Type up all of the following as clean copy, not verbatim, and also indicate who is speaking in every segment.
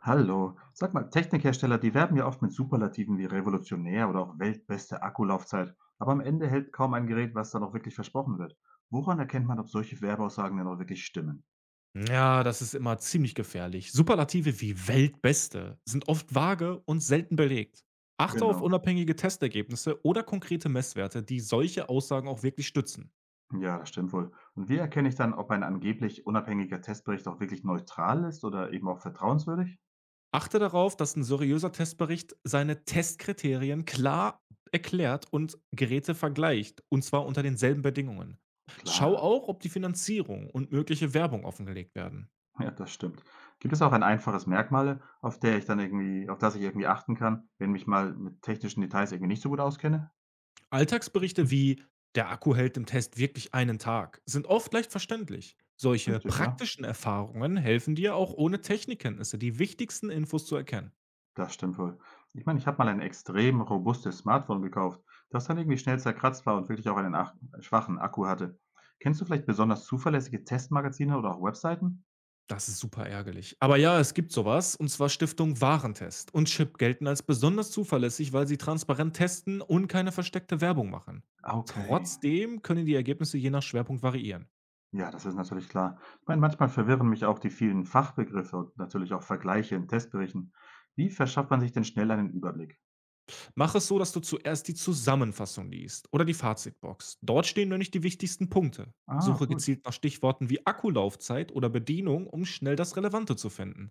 Speaker 1: Hallo. Sag mal, Technikhersteller, die werben ja oft mit Superlativen wie revolutionär oder auch weltbeste Akkulaufzeit. Aber am Ende hält kaum ein Gerät, was dann auch wirklich versprochen wird. Woran erkennt man, ob solche Werbeaussagen denn auch wirklich stimmen?
Speaker 2: Ja, das ist immer ziemlich gefährlich. Superlative wie Weltbeste sind oft vage und selten belegt. Achte auf
Speaker 1: Genau.
Speaker 2: unabhängige Testergebnisse oder konkrete Messwerte, die solche Aussagen auch wirklich stützen.
Speaker 1: Ja, das stimmt wohl. Und wie erkenne ich dann, ob ein angeblich unabhängiger Testbericht auch wirklich neutral ist oder eben auch vertrauenswürdig?
Speaker 2: Achte darauf, dass ein seriöser Testbericht seine Testkriterien klar erklärt und Geräte vergleicht, und zwar unter denselben Bedingungen. Schau
Speaker 1: Klar,
Speaker 2: auch, ob die Finanzierung und mögliche Werbung offengelegt werden.
Speaker 1: ja, das stimmt. Gibt es auch ein einfaches Merkmal, auf der ich dann irgendwie, auf das ich achten kann, wenn mich mal mit technischen Details irgendwie nicht so gut auskenne?
Speaker 2: Alltagsberichte wie „Der Akku hält im Test wirklich einen Tag“ sind oft leicht verständlich. Solche
Speaker 1: Richtig, ja.
Speaker 2: praktischen Erfahrungen helfen dir auch ohne Technikkenntnisse, die wichtigsten Infos zu erkennen.
Speaker 1: Das stimmt wohl. Ich meine, ich habe mal ein extrem robustes Smartphone gekauft, das dann irgendwie schnell zerkratzt war und wirklich auch einen ach schwachen Akku hatte. Kennst du vielleicht besonders zuverlässige Testmagazine oder auch Webseiten?
Speaker 2: Das ist super ärgerlich. Aber ja, es gibt sowas, und zwar Stiftung Warentest und Chip gelten als besonders zuverlässig, weil sie transparent testen und keine versteckte Werbung machen.
Speaker 1: Ah, okay.
Speaker 2: Trotzdem können die Ergebnisse je nach Schwerpunkt variieren.
Speaker 1: Ja, das ist natürlich klar. Ich meine, manchmal verwirren mich auch die vielen Fachbegriffe und natürlich auch Vergleiche in Testberichten. Wie verschafft man sich denn schnell einen Überblick?
Speaker 2: Mach es so, dass du zuerst die Zusammenfassung liest oder die Fazitbox. Dort stehen nämlich die wichtigsten Punkte.
Speaker 1: Ah,
Speaker 2: Suche
Speaker 1: gut.
Speaker 2: gezielt nach Stichworten wie Akkulaufzeit oder Bedienung, um schnell das Relevante zu finden.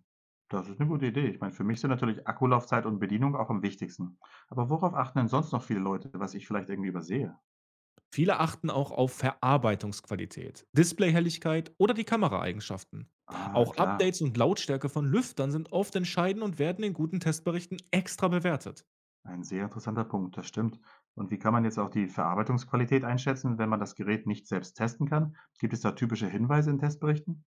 Speaker 1: Das ist eine gute Idee. Ich meine, für mich sind natürlich Akkulaufzeit und Bedienung auch am wichtigsten. Aber worauf achten denn sonst noch viele Leute, was ich vielleicht irgendwie übersehe?
Speaker 2: Viele achten auch auf Verarbeitungsqualität, Displayhelligkeit oder die Kameraeigenschaften.
Speaker 1: Ah,
Speaker 2: Auch
Speaker 1: klar.
Speaker 2: Updates und Lautstärke von Lüftern sind oft entscheidend und werden in guten Testberichten extra bewertet.
Speaker 1: Ein sehr interessanter Punkt, das stimmt. Und wie kann man jetzt auch die Verarbeitungsqualität einschätzen, wenn man das Gerät nicht selbst testen kann? Gibt es da typische Hinweise in Testberichten?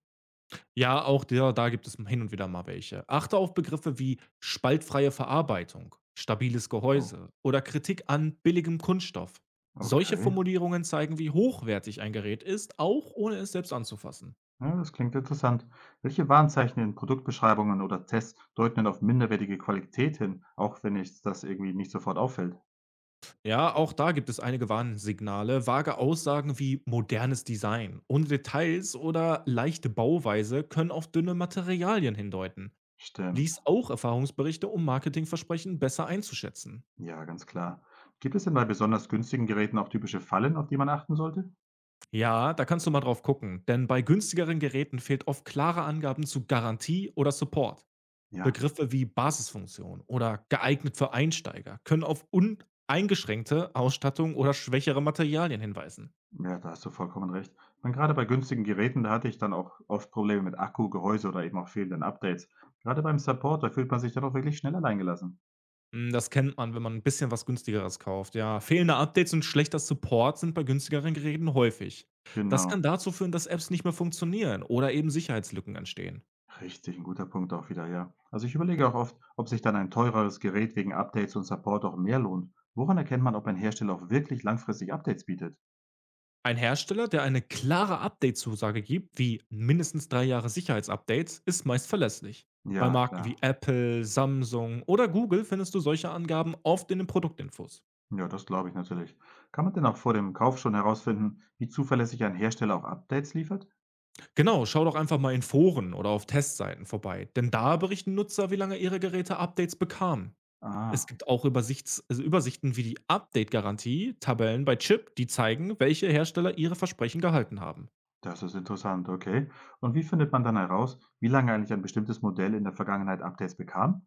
Speaker 2: Ja, auch der da gibt es hin und wieder mal welche. Achte auf Begriffe wie spaltfreie Verarbeitung, stabiles
Speaker 1: Oh,
Speaker 2: Gehäuse oder Kritik an billigem Kunststoff. Solche
Speaker 1: okay.
Speaker 2: Formulierungen zeigen, wie hochwertig ein Gerät ist, auch ohne es selbst anzufassen.
Speaker 1: Ja, das klingt interessant. Welche Warnzeichen in Produktbeschreibungen oder Tests deuten denn auf minderwertige Qualität hin, auch wenn es das irgendwie nicht sofort auffällt?
Speaker 2: Ja, auch da gibt es einige Warnsignale. Vage Aussagen wie modernes Design, ohne Details oder leichte Bauweise können auf dünne Materialien hindeuten.
Speaker 1: Stimmt.
Speaker 2: Lies auch Erfahrungsberichte, um Marketingversprechen besser einzuschätzen.
Speaker 1: Ja, ganz klar. Gibt es denn bei besonders günstigen Geräten auch typische Fallen, auf die man achten sollte?
Speaker 2: Ja, da kannst du mal drauf gucken, denn bei günstigeren Geräten fehlt oft klare Angaben zu Garantie oder Support.
Speaker 1: Ja,
Speaker 2: Begriffe wie Basisfunktion oder geeignet für Einsteiger können auf uneingeschränkte Ausstattung oder schwächere Materialien hinweisen.
Speaker 1: Ja, da hast du vollkommen recht. Ich gerade bei günstigen Geräten, da hatte ich dann auch oft Probleme mit Akku, Gehäuse oder eben auch fehlenden Updates. Gerade beim Support, da fühlt man sich dann auch wirklich schnell alleingelassen.
Speaker 2: Hm, das kennt man, wenn man ein bisschen was günstigeres kauft. Ja, fehlende Updates und schlechter Support sind bei günstigeren Geräten häufig. Das kann
Speaker 1: Genau.
Speaker 2: dazu führen, dass Apps nicht mehr funktionieren oder eben Sicherheitslücken entstehen.
Speaker 1: Richtig, ein guter Punkt auch wieder, ja. Also ich überlege auch oft, ob sich dann ein teureres Gerät wegen Updates und Support auch mehr lohnt. Woran erkennt man, ob ein Hersteller auch wirklich langfristig Updates bietet?
Speaker 2: Ein Hersteller, der eine klare Update-Zusage gibt, wie mindestens 3 Jahre Sicherheitsupdates, ist meist verlässlich. Bei
Speaker 1: Ja,
Speaker 2: Marken wie
Speaker 1: klar.
Speaker 2: Apple, Samsung oder Google findest du solche Angaben oft in den Produktinfos.
Speaker 1: Ja, das glaube ich natürlich. Kann man denn auch vor dem Kauf schon herausfinden, wie zuverlässig ein Hersteller auch Updates liefert?
Speaker 2: Genau, schau doch einfach mal in Foren oder auf Testseiten vorbei, denn da berichten Nutzer, wie lange ihre Geräte Updates bekamen. Es
Speaker 1: Ah.
Speaker 2: gibt auch Übersichts also Übersichten wie die Update-Garantie, Tabellen bei Chip, die zeigen, welche Hersteller ihre Versprechen gehalten haben.
Speaker 1: Das ist interessant, okay. Und wie findet man dann heraus, wie lange eigentlich ein bestimmtes Modell in der Vergangenheit Updates bekam?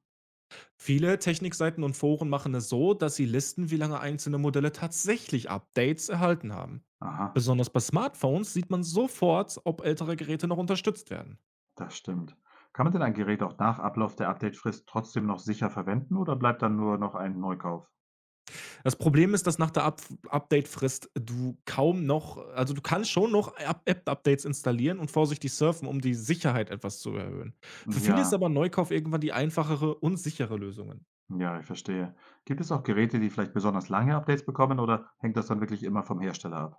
Speaker 2: Viele Technikseiten und Foren machen es so, dass sie listen, wie lange einzelne Modelle tatsächlich Updates erhalten haben.
Speaker 1: Aha,
Speaker 2: Besonders bei Smartphones sieht man sofort, ob ältere Geräte noch unterstützt werden.
Speaker 1: das stimmt. Kann man denn ein Gerät auch nach Ablauf der Updatefrist trotzdem noch sicher verwenden oder bleibt dann nur noch ein Neukauf?
Speaker 2: Das Problem ist, dass nach der Up Update-Frist du kaum noch, also du kannst schon noch App-Updates installieren und vorsichtig surfen, um die Sicherheit etwas zu erhöhen. Für viele ist
Speaker 1: Ja,
Speaker 2: aber Neukauf irgendwann die einfachere und sichere Lösung.
Speaker 1: ja, ich verstehe. Gibt es auch Geräte, die vielleicht besonders lange Updates bekommen oder hängt das dann wirklich immer vom Hersteller ab?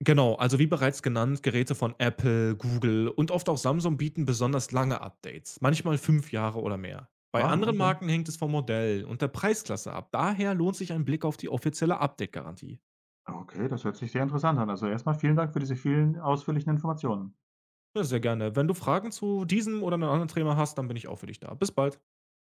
Speaker 2: Genau, also wie bereits genannt, Geräte von Apple, Google und oft auch Samsung bieten besonders lange Updates, manchmal 5 Jahre oder mehr. Bei
Speaker 1: Wow,
Speaker 2: anderen
Speaker 1: okay.
Speaker 2: Marken hängt es vom Modell und der Preisklasse ab. Daher lohnt sich ein Blick auf die offizielle Update-Garantie.
Speaker 1: Okay, das hört sich sehr interessant an. Also erstmal vielen Dank für diese vielen ausführlichen Informationen.
Speaker 2: Ja, sehr gerne. Wenn du Fragen zu diesem oder einem anderen Thema hast, dann bin ich auch für dich da. Bis bald.